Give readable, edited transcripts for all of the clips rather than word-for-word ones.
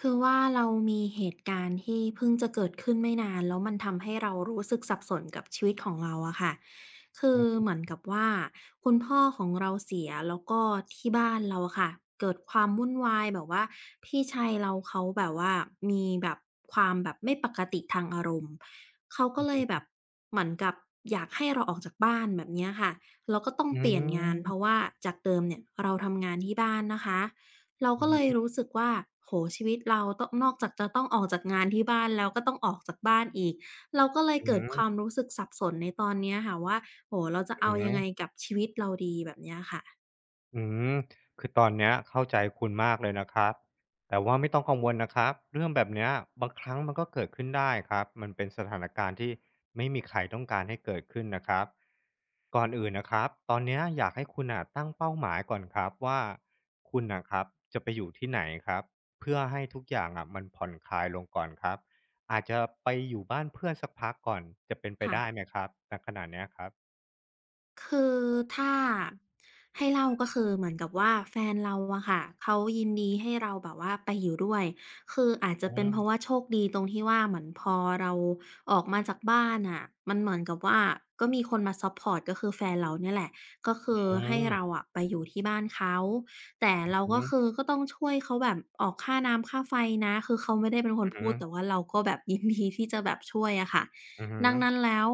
คือว่าเรามีเหตุการณ์ที่เพิ่งจะเกิดขึ้นไม่นานแล้วมันทำให้เรารู้สึกสับสนกับชีวิตของเราอะค่ะคือือเหมือนมกับว่าคุณพ่อของเราเสียแล้วก็ที่บ้านเราอะค่ะเกิดความวุ่นวายแบบว่าพี่ชายเราเขาแบบว่ามีแบบความแบบไม่ปกติทางอารมณ์เขาก็อืเลยแบบมเหมือนกับอยากให้เราออกจากบ้านแบบเนี้ยค่ะเราก็ต้องอเปลี่ยนงานเพืราะว่าจากเดิมเนี่ยเราทำงานที่บ้านนะคะ เราอืก็อเลฮึยรู้สึกว่าโอ้โฮชีวิตเราต้องนอกจากจะต้องออกจากงานที่บ้านแล้วก็ต้องออกจากบ้านอีกเราก็เลยอือเกิดฮึความรู้สึกสับสนในตอนเนี้ยค่ะว่าโอ้โฮเราจะอือเอาฮึยังไงกับชีวิตเราดีแบบเนี้ยค่ะอืมคือตอนเนี้ยเข้าใจคุณมากเลยนะครับ แต่ว่าไม่ต้องกังวลนะครับ เรื่องแบบเนี้ยบางครั้งมันก็เกิดขึ้นได้ครับ มันเป็นสถานการณ์ที่ไม่มีใครต้องการให้เกิดขึ้นนะครับ ก่อนอื่นนะครับตอนเนี้ยอยากให้คุณน่ะตั้งเป้าหมายก่อนครับว่าคุณนะครับจะไปอยู่ที่ไหนครับเพื่อให้ทุกอย่างอะมันผ่อนคลายลงก่อนครับอาจจะไปอยู่บ้านเพื่อนสักพักก่อนจะเป็นไปค่ะ ได้ไหมครับณขณะเนี้ยครับคือถ้าให้เล่าก็คือเหมือนกับว่าแฟนเราอะค่ะเขายินดีให้เราแบบว่าไปอยู่ด้วยคืออาจจะอืเป็นเพราะมว่าโชคดีตรงที่ว่าเหมือนพอเราออกมาจากบ้านอะมันเหมือนกับว่าก็มีคนมาซัปพอร์ตก็คือแฟนเราเนี่ยแหละก็คืออืให้มเราอะไปอยู่ที่บ้านเขาแต่เราอืก็มคือก็ต้องช่วยเขาแบบออกค่าน้ำค่าไฟนะคือเขาไม่ได้เป็นคนอืพูมดแต่ว่าเราก็แบบยินดีที่จะแบบช่วยอะค่ะ อืดังมนั้นแล้ว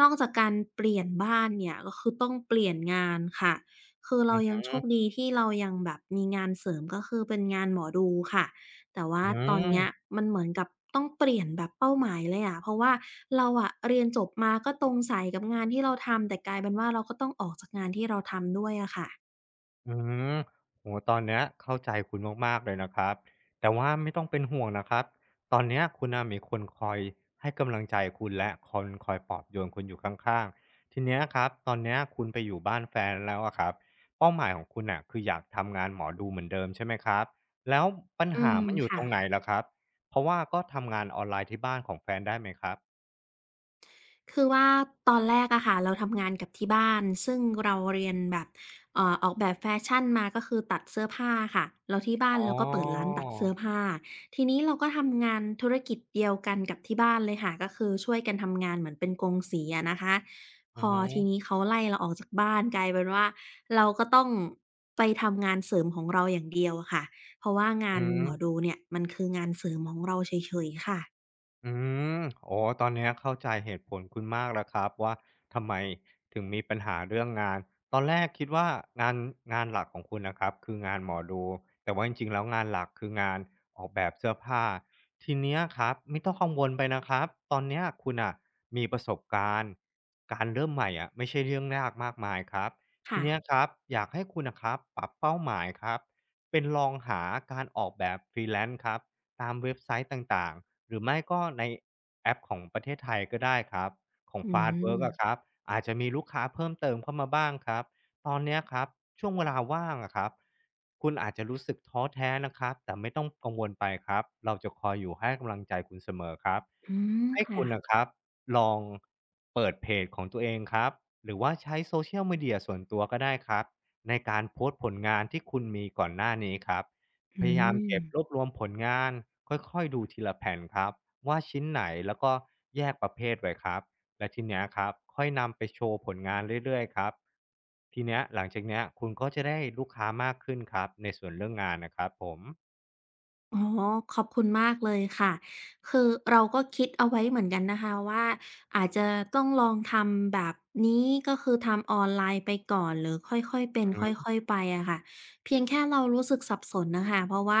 นอกจากการเปลี่ยนบ้านเนี่ยก็คือต้องเปลี่ยนงานค่ะคืออืเรายังมโชคดีที่เรายังแบบมีงานเสริมก็คือเป็นงานหมอดูค่ะแต่ว่าอืตอนเนี้ยม มันเหมือนกับต้องเปลี่ยนแบบเป้าหมายเลยอะเพราะว่าเราอะเรียนจบมาก็ตรงสายกับงานที่เราทำแต่กลายเป็นว่าเราก็ต้องออกจากงานที่เราทำด้วยอะค่ะอืมโหตอนเนี้ยเข้าใจคุณมากๆเลยนะครับ แต่ว่าไม่ต้องเป็นห่วงนะครับ ตอนเนี้ยคุณน่ะมีคนคอยให้กำลังใจคุณและคนคอยปลอบโยนคุณอยู่ข้างๆ ทีเนี้ยครับตอนเนี้ยคุณไปอยู่บ้านแฟนแล้วอะครับเป้าหมายของคุณน่ะคืออยากทำงานหมอดูเหมือนเดิมใช่ไหมครับ แล้วปัญอืหามมันอยู่ตค่ะ รงไหนลหรอครับ เพราะว่าก็ทำงานออนไลน์ที่บ้านของแฟนได้ไหมครับคือว่าตอนแรกอะค่ะเราทำงานกับที่บ้านซึ่งเราเรียนแบบออกแบบแฟชั่นมาก็คือตัดเสื้อผ้าค่ะแล้วที่บ้าอ๋นเราก็เปิดร้านอตัดเสื้อผ้าทีนี้เราก็ทำงานธุรกิจเดียวกันกับที่บ้านเลยค่ะก็คือช่วยกันทำงานเหมือนเป็นกงสีอะนะคะอืพอทีมนี้เขาไล่เราออกจากบ้านกลายเป็นว่าเราก็ต้องไปทำงานเสริมของเราอย่างเดียวอะค่ะเพราะว่างาอืนหมอม ดูเนี่ยมันคืองานเสริมของเราเฉยๆค่ะอืมอ๋อตอนเนี้ยเข้าใจเหตุผลคุณมากแล้วครับว่าทำไมถึงมีปัญหาเรื่องงานตอนแรกคิดว่างานหลักของคุณนะครับคืองานหมอดูแต่ว่าจริงๆแล้วงานหลักคืองานออกแบบเสื้อผ้าทีเนี้ยครับไม่ต้องกังวลไปนะครับตอนเนี้ยคุณน่ะมีประสบการณ์การเริ่มใหม่อะไม่ใช่เรื่องยากมากมายครับทีค่ะเนี้ยครับอยากให้คุณน่ะครับปรับเป้าหมายครับเป็นลองหาการออกแบบ Freelance ครับตามเว็บไซต์ต่างๆ หรือไม่ก็ในแอปของประเทศไทยก็ได้ครับของ อื Fast Work อะคมรับอาจจะมีลูกค้าเพิ่มเติมเข้ามาบ้างครับตอนเนี้ยครับช่วงเวลาว่างอะครับคุณอาจจะรู้สึกท้อแท้นะครับแต่ไม่ต้องกังวลไปครับเราจะคอยอยู่ให้กำลังใจคุณเสมอครับอืมให้ค่ะ คุณนะครับลองเปิดเพจของตัวเองครับหรือว่าใช้ Social Media ส่วนตัวก็ได้ครับในการโพสต์ผลงานที่คุณมีก่อนหน้านี้ครับ พอืยายามมเก็บรวบรวมผลงานค่อยๆดูทีละแผ่นครับว่าชิ้นไหนแล้วก็แยกประเภทไว้ครับและทีเนี้ยครับค่อยนำไปโชว์ผลงานเรื่อยๆครับทีเนี้ยหลังจากเนี้ยคุณก็จะได้ลูกค้ามากขึ้นครับในส่วนเรื่องงานนะครับผมอ๋อขอบคุณมากเลยค่ะ คือเราก็คิดเอาไว้เหมือนกันนะคะว่าอาจจะต้องลองทำแบบนี้ก็คือทำออนไลน์ไปก่อนหรือค่อยๆเป็อืนอคฮึ่อยๆไปอะค่ะเพียงแค่เรารู้สึกสับสนน่ะค่ะเพราะว่า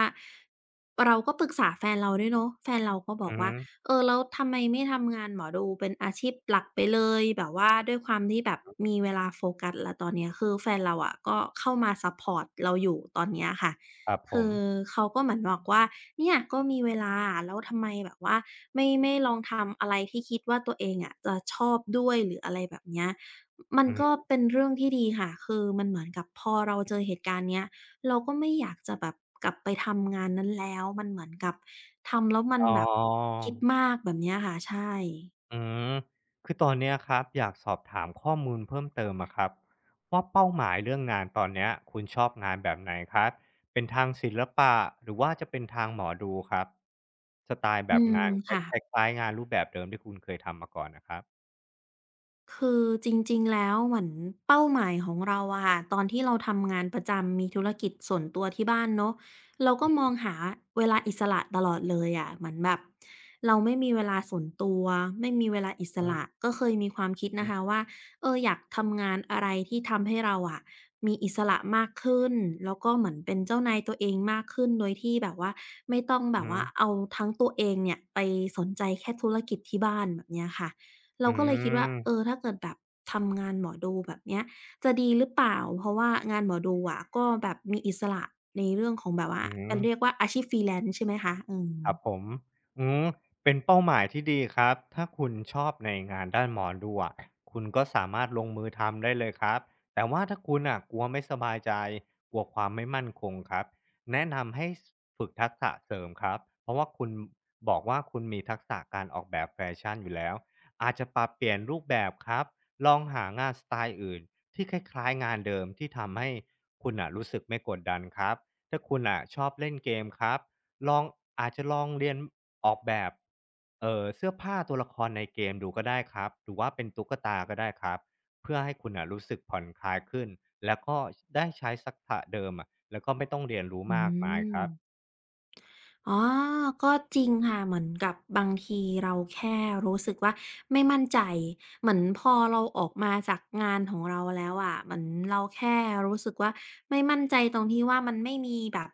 เราก็ปรึกษาแฟนเราด้วยเนาะแฟนเราก็บออืกอฮึว่าเออแล้วทำไมไม่ทำงานหมอดูเป็นอาชีพหลักไปเลยแบบว่าด้วยความที่แบบมีเวลาโฟกัสแล้วตอนเนี้ยคือแฟนเราอะก็เข้ามาซัปพอร์ตเราอยู่ตอนเนี้ยค่ะ ครับผคือมเขาก็เหมือนบอกว่าเนี่ยก็มีเวลาแล้วทำไมแบบว่าไม่ลองทำอะไรที่คิดว่าตัวเองอะจะชอบด้วยหรืออะไรแบบเนี้ยมันอือก็ฮึเป็นเรื่องที่ดีค่ะคือมันเหมือนกับพอเราเจอเหตุการณ์เนี้ยเราก็ไม่อยากจะแบบกลับไปทำงานนั้นแล้วมันเหมือนกับทำแล้วมันอ๋อ แบบคิดมากแบบเนี้ยค่ะใช่อืมคือตอนเนี้ยครับอยากสอบถามข้อมูลเพิ่มเติมอะครับว่าเป้าหมายเรื่องงานตอนเนี้ยคุณชอบงานแบบไหนครับเป็นทางศิลปะหรือว่าจะเป็นทางหมอดูครับสไตล์แบอืบมงานคล้ายค่ะ คล้ายๆงานรูปแบบเดิมที่คุณเคยทำมาก่อนนะครับคือจริงๆแล้วเหมือนเป้าหมายของเราอะค่ะตอนที่เราทำงานประจำมีธุรกิจส่วนตัวที่บ้านเนาะเราก็มองหาเวลาอิสระตลอดเลยอะเหมือนแบบเราไม่มีเวลาส่วนตัวไม่มีเวลาอิสอืระมก็เคยมีความคิอดฮึนะคะว่าเอออยากทำงานอะไรที่ทำให้เราอะมีอิสระมากขึ้นแล้วก็เหมือนเป็นเจ้านายตัวเองมากขึ้นโดยที่แบบว่าไม่ต้องแบอืบอว่าเอาทั้งตัวเองเนี่ยไปสนใจแค่ธุรกิจที่บ้านแบบเนี้ยค่ะ เราอืก็เลยคิดว่ามเออถ้าเกิดแบบทำงานหมอดูแบบเนี้ยจะดีหรือเปล่าเพราะว่างานหมอดูอะก็แบบมีอิสระในเรื่องของแบบว่าอืเป็ม นเรียกว่าอาชีพ Freelance ใช่ไหมคะอืมครับผมอืมเป็นเป้าหมายที่ดีครับ ถ้าคุณชอบในงานด้านหมอดูอะคุณก็สามารถลงมือทำได้เลยครับแต่ว่าถ้าคุณน่ะกลัวไม่สบายใจกลัวความไม่มั่นคงครับแนะนำให้สฝึกทักษะเสริมครับเพราะว่าคุณบอกว่าคุณมีทักษะการออกแบบแฟชั่นอยู่แล้วอาจจะปรับเปลี่ยนรูปแบบครับลองหางานสไตล์อื่นที่คล้ายๆงานเดิมที่ทำให้คุณน่ะรู้สึกไม่กดดันครับถ้าคุณน่ะชอบเล่นเกมครับ ลองอาจจะลองเรียนออกแบบเสื้อผ้าตัวละครในเกมดูก็ได้ครับหรือว่าเป็นตุ๊กตาก็ได้ครับเพื่อให้คุณน่ะรู้สึกผ่อนคลายขึ้นแล้วก็ได้ใช้ทักษะเดิมอะแล้วก็ไม่ต้องเรียนรู้อืมากมายคม รับอ๋อก็จริงค่ะเหมือนกับบางทีเราแค่รู้สึกว่าไม่มั่นใจ เหมือนพอเราออกมาจากงานของเราแล้วอะเหมือนเราแค่รู้สึกว่าไม่มั่นใจตรงที่ว่ามันไม่มีแบบ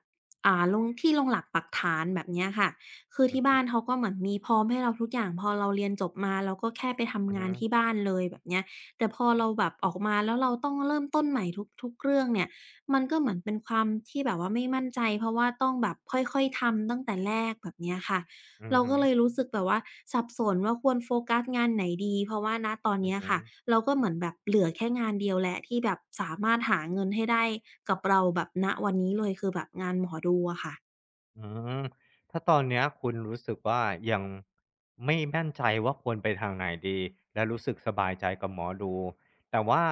ลงที่ลงหลักปักฐานแบบเนี้ยค่ะ คืออืที่บ้าอนเขาก็เหมือนมีพร้อมให้เราทุกอย่าง พอเราเรียนจบมาเราก็แค่ไปอืทำองานฮึที่บ้านเลยแบบเนี้ย แต่พอเราแบบออกมาแล้วเราต้องเริ่มต้นใหม่ทุกๆเรื่องเนี่ย มันก็เหมือนเป็นความที่แบบว่าไม่มั่นใจเพราะว่าต้องแบบค่อยๆทำตั้งแต่แรกแบบเนี้ยค่ะอือเราฮก็เลยรู้สึกแบบว่าสับสนว่าควรโฟกัสงานไหนดีเพราะว่าณตอนึเนี้ยค่ะๆ เราก็เหมือนแบบเหลือแค่งานเดียวแล้วที่แบบสามารถหาเงินให้ได้กับเราแบบณวันนี้เลยคือแบบงานหมอดูอะค่ะอืมถ้าตอนเนี้ยคุณรู้สึกว่ายังไม่มั่นใจว่าควรไปทางไหนดีและรู้สึกสบายใจกับหมอดูแต่ว่า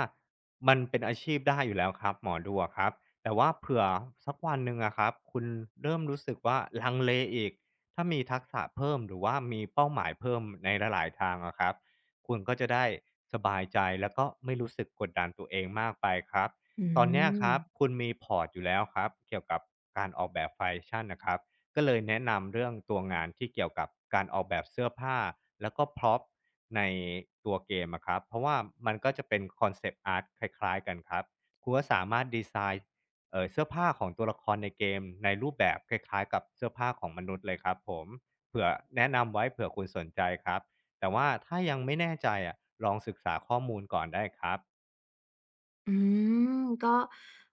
มันเป็นอาชีพได้อยู่แล้วครับหมอดูอะครับแต่ว่าเผื่อสักวันหนึ่งอะครับคุณเริ่มรู้สึกว่าลังเลอีกถ้ามีทักษะเพิ่มหรือว่ามีเป้าหมายเพิ่มในหลายๆทางอะครับคุณก็จะได้สบายใจแล้วก็ไม่รู้สึกกดดันตัวเองมากไปครับ อืตอนเนี้ยคม รับคุณมีพอร์ตอยู่แล้วครับเกี่ยวกับการออกแบบแฟชั่นนะครับก็เลยแนะนำเรื่องตัวงานที่เกี่ยวกับการออกแบบเสื้อผ้าแล้วก็พร็อพในตัวเกมอะครับเพราะว่ามันก็จะเป็นคอนเซปต์อาร์ตคล้ายๆกันครับคุณก็สามารถดีไซน์เสื้อผ้าของตัวละครในเกมในรูปแบบคล้ายๆกับเสื้อผ้าของมนุษย์เลยครับผมเผื่อแนะนำไว้เผื่อคุณสนใจครับแต่ว่าถ้ายังไม่แน่ใจอะลองศึกษาข้อมูลก่อนได้ครับอืมก็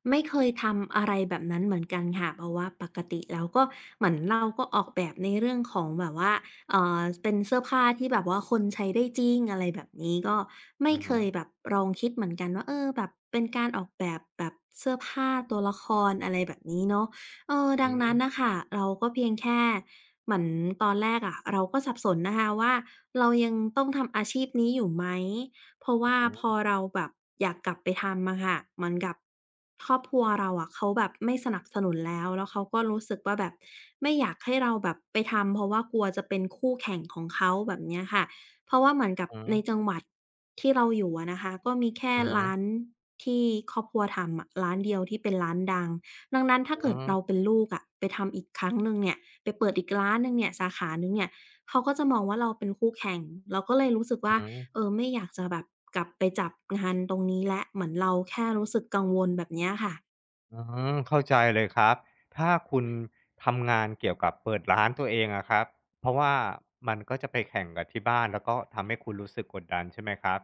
ไม่เคยทำอะไรแบบนั้นเหมือนกันค่ะเพราะว่าปกติแล้วก็เหมือนเราก็ออกแบบในเรื่องของแบบว่าเป็นเสื้อผ้าที่แบบว่าคนใช้ได้จริงอะไรแบบนี้ก็ไม่อือเคหืยแบบลองคิดเหมือนกันว่าเออแบบเป็นการออกแบบแบบเสื้อผ้าตัวละครอะไรแบบนี้เนาะเอออดัอืงนั้นมน่ะค่ะเราก็เพียงแค่เหมือนตอนแรกอะเราก็สับสนนะคะว่าเรายังต้องทำอาชีพนี้อยู่ไหม เพราะว่าอืพอมเราแบบอยากกลับไปทำอะค่ะเหมือนกับครอบครัวเราอะเขาแบบไม่สนับสนุนแล้วแล้วเขาก็รู้สึกว่าแบบไม่อยากให้เราแบบไปทำเพราะว่ากลัวจะเป็นคู่แข่งของเขาแบบเนี้ยค่ะเพราะว่าเหมือนกับอืในจัม งหวัดที่เราอยู่อะนะคะก็มีแค่อือฮึร้านที่ครอบครัวทำอะร้านเดียวที่เป็นร้านดังดังนั้นถ้าอืเกิอดฮึเราเป็นลูกอะไปทำอีกครั้งหนึ่งเนี่ยไปเปิดอีกร้านหนึ่งเนี่ยสาขาหนึ่งเนี่ยเขาก็จะมองว่าเราเป็นคู่แข่งเราก็เลยรู้สึกอือว่า ฮึ เออไม่อยากจะแบบกลับไปจับงานตรงนี้แล้วเหมือนเราแค่รู้สึกกังวลแบบเนี้ยค่ะ อืมเข้าใจเลยครับถ้าคุณทำงานเกี่ยวกับเปิดร้านตัวเองอะครับเพราะว่ามันก็จะไปแข่งกับที่บ้านแล้วก็ทำให้คุณรู้สึกกดดันใช่ไหมครับ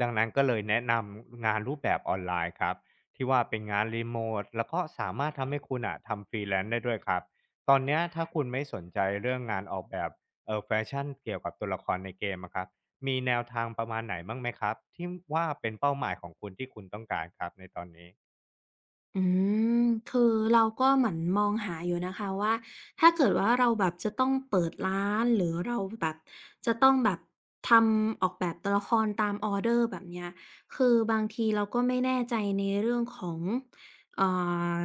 ดังนั้นก็เลยแนะนำงานรูปแบบออนไลน์ครับที่ว่าเป็นงานรีโมตแล้วก็สามารถทำให้คุณอะทำฟรีแลนซ์ได้ด้วยครับตอนเนี้ยถ้าคุณไม่สนใจเรื่องงานออกแบบแฟชั่นเกี่ยวกับตัวละครในเกมอะครับมีแนวทางประมาณไหนบ้างไหมครับที่ว่าเป็นเป้าหมายของคุณที่คุณต้องการครับในตอนนี้ อืมคือเราก็เหมือนมองหาอยู่นะคะว่าถ้าเกิดว่าเราแบบจะต้องเปิดร้านหรือเราแบบจะต้องแบบทำออกแบบตัวละครตามออเดอร์แบบเนี้ยคือบางทีเราก็ไม่แน่ใจในเรื่องของเอ่อ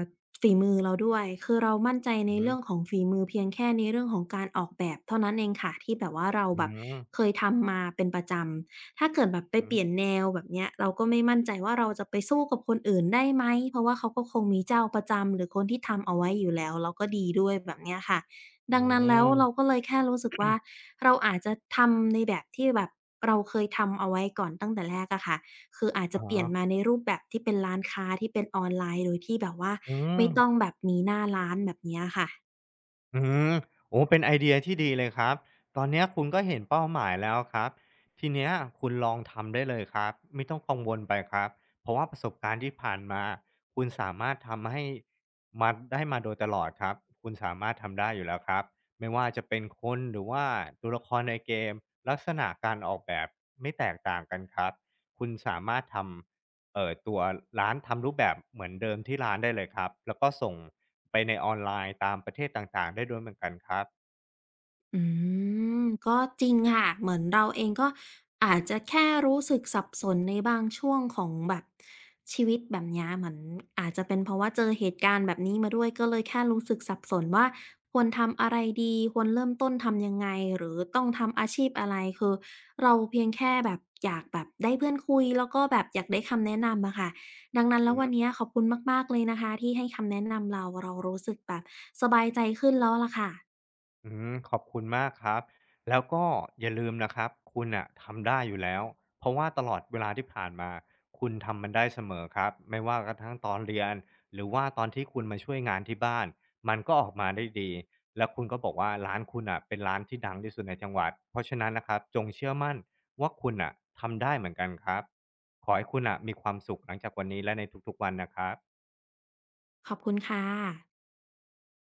ฝีมือเราด้วยคือเรามั่นใจในเรื่องของฝีมือเพียงแค่ในเรื่องของการออกแบบเท่านั้นเองค่ะที่แบบว่าเราอืแบบม เคยทำมาเป็นประจำ ถ้าเกิดแบบไปอืเปมลี่ยนแนวแบบเนี้ยเราก็ไม่มั่นใจว่าเราจะไปสู้กับคนอื่นได้ไหมเพราะว่าเขาก็คงมีเจ้าประจำหรือคนที่ทำเอาไว้อยู่แล้วแล้วก็ดีด้วยแบบเนี้ยค่ะอืดังนั้นแล้วเราก็มเลยแค่รู้สึกว่าเราอาจจะทำในแบบที่แบบเราเคยทำเอาไว้ก่อนตั้งแต่แรกอะค่ะคืออาจจะอะเปลี่ฮะยนมาในรูปแบบที่เป็นร้านค้าที่เป็นออนไลน์โดยที่แบบว่าอืไม่ม ต้องแบบมีหน้าร้านแบบเนี้ยค่ะ อืมโอ้เป็นไอเดียที่ดีเลยครับตอนเนี้ยคุณก็เห็นเป้าหมายแล้วครับทีเนี้ยคุณลองทำได้เลยครับไม่ต้องกังวลไปครับเพราะว่าประสบการณ์ที่ผ่านมาคุณสามารถทำให้มาได้มาโดยตลอดครับคุณสามารถทำได้อยู่แล้วครับไม่ว่าจะเป็นคนหรือว่าตัวละครในเกมลักษณะการออกแบบไม่แตกต่างกันครับคุณสามารถทำตัวร้านทำรูปแบบเหมือนเดิมที่ร้านได้เลยครับแล้วก็ส่ง ไปในออนไลน์ตามประเทศต่างๆได้ด้วยเหมือนกันครับอืมก็จริงค่ะเหมือนเราเองก็อาจจะแค่รู้สึกสับสนในบางช่วงของแบบชีวิตแบบเนี้ยเหมือนอาจจะเป็นเพราะว่าเจอเหตุการณ์แบบนี้มาด้วยก็เลยแค่รู้สึกสับสนว่าควรทำอะไรดีควรเริ่มต้นทำยังไงหรือต้องทำอาชีพอะไรคือเราเพียงแค่แบบอยากแบบได้เพื่อนคุยแล้วก็แบบอยากได้คำแนะนำอะค่ะดังนั้นแล้วอืวันมเนี้ยขอบคุณมากๆเลยนะคะที่ให้คำแนะนำเราเรารู้สึกแบบสบายใจขึ้นแล้วล่ะค่ะอืมขอบคุณมากครับ แล้วก็อย่าลืมนะครับคุณอะทำได้อยู่แล้วเพราะว่าตลอดเวลาที่ผ่านมาคุณทำมันได้เสมอครับไม่ว่ากระทั่งตอนเรียนหรือว่าตอนที่คุณมาช่วยงานที่บ้านมันก็ออกมาได้ดี แล้วคุณก็บอกว่าร้านคุณอะเป็นร้านที่ดังที่สุดในจังหวัด เพราะฉะนั้นนะครับจงเชื่อมั่นว่าคุณอะทำได้เหมือนกันครับขอให้คุณอะมีความสุขหลังจากวันนี้และในทุกๆวันนะครับขอบคุณค่ะ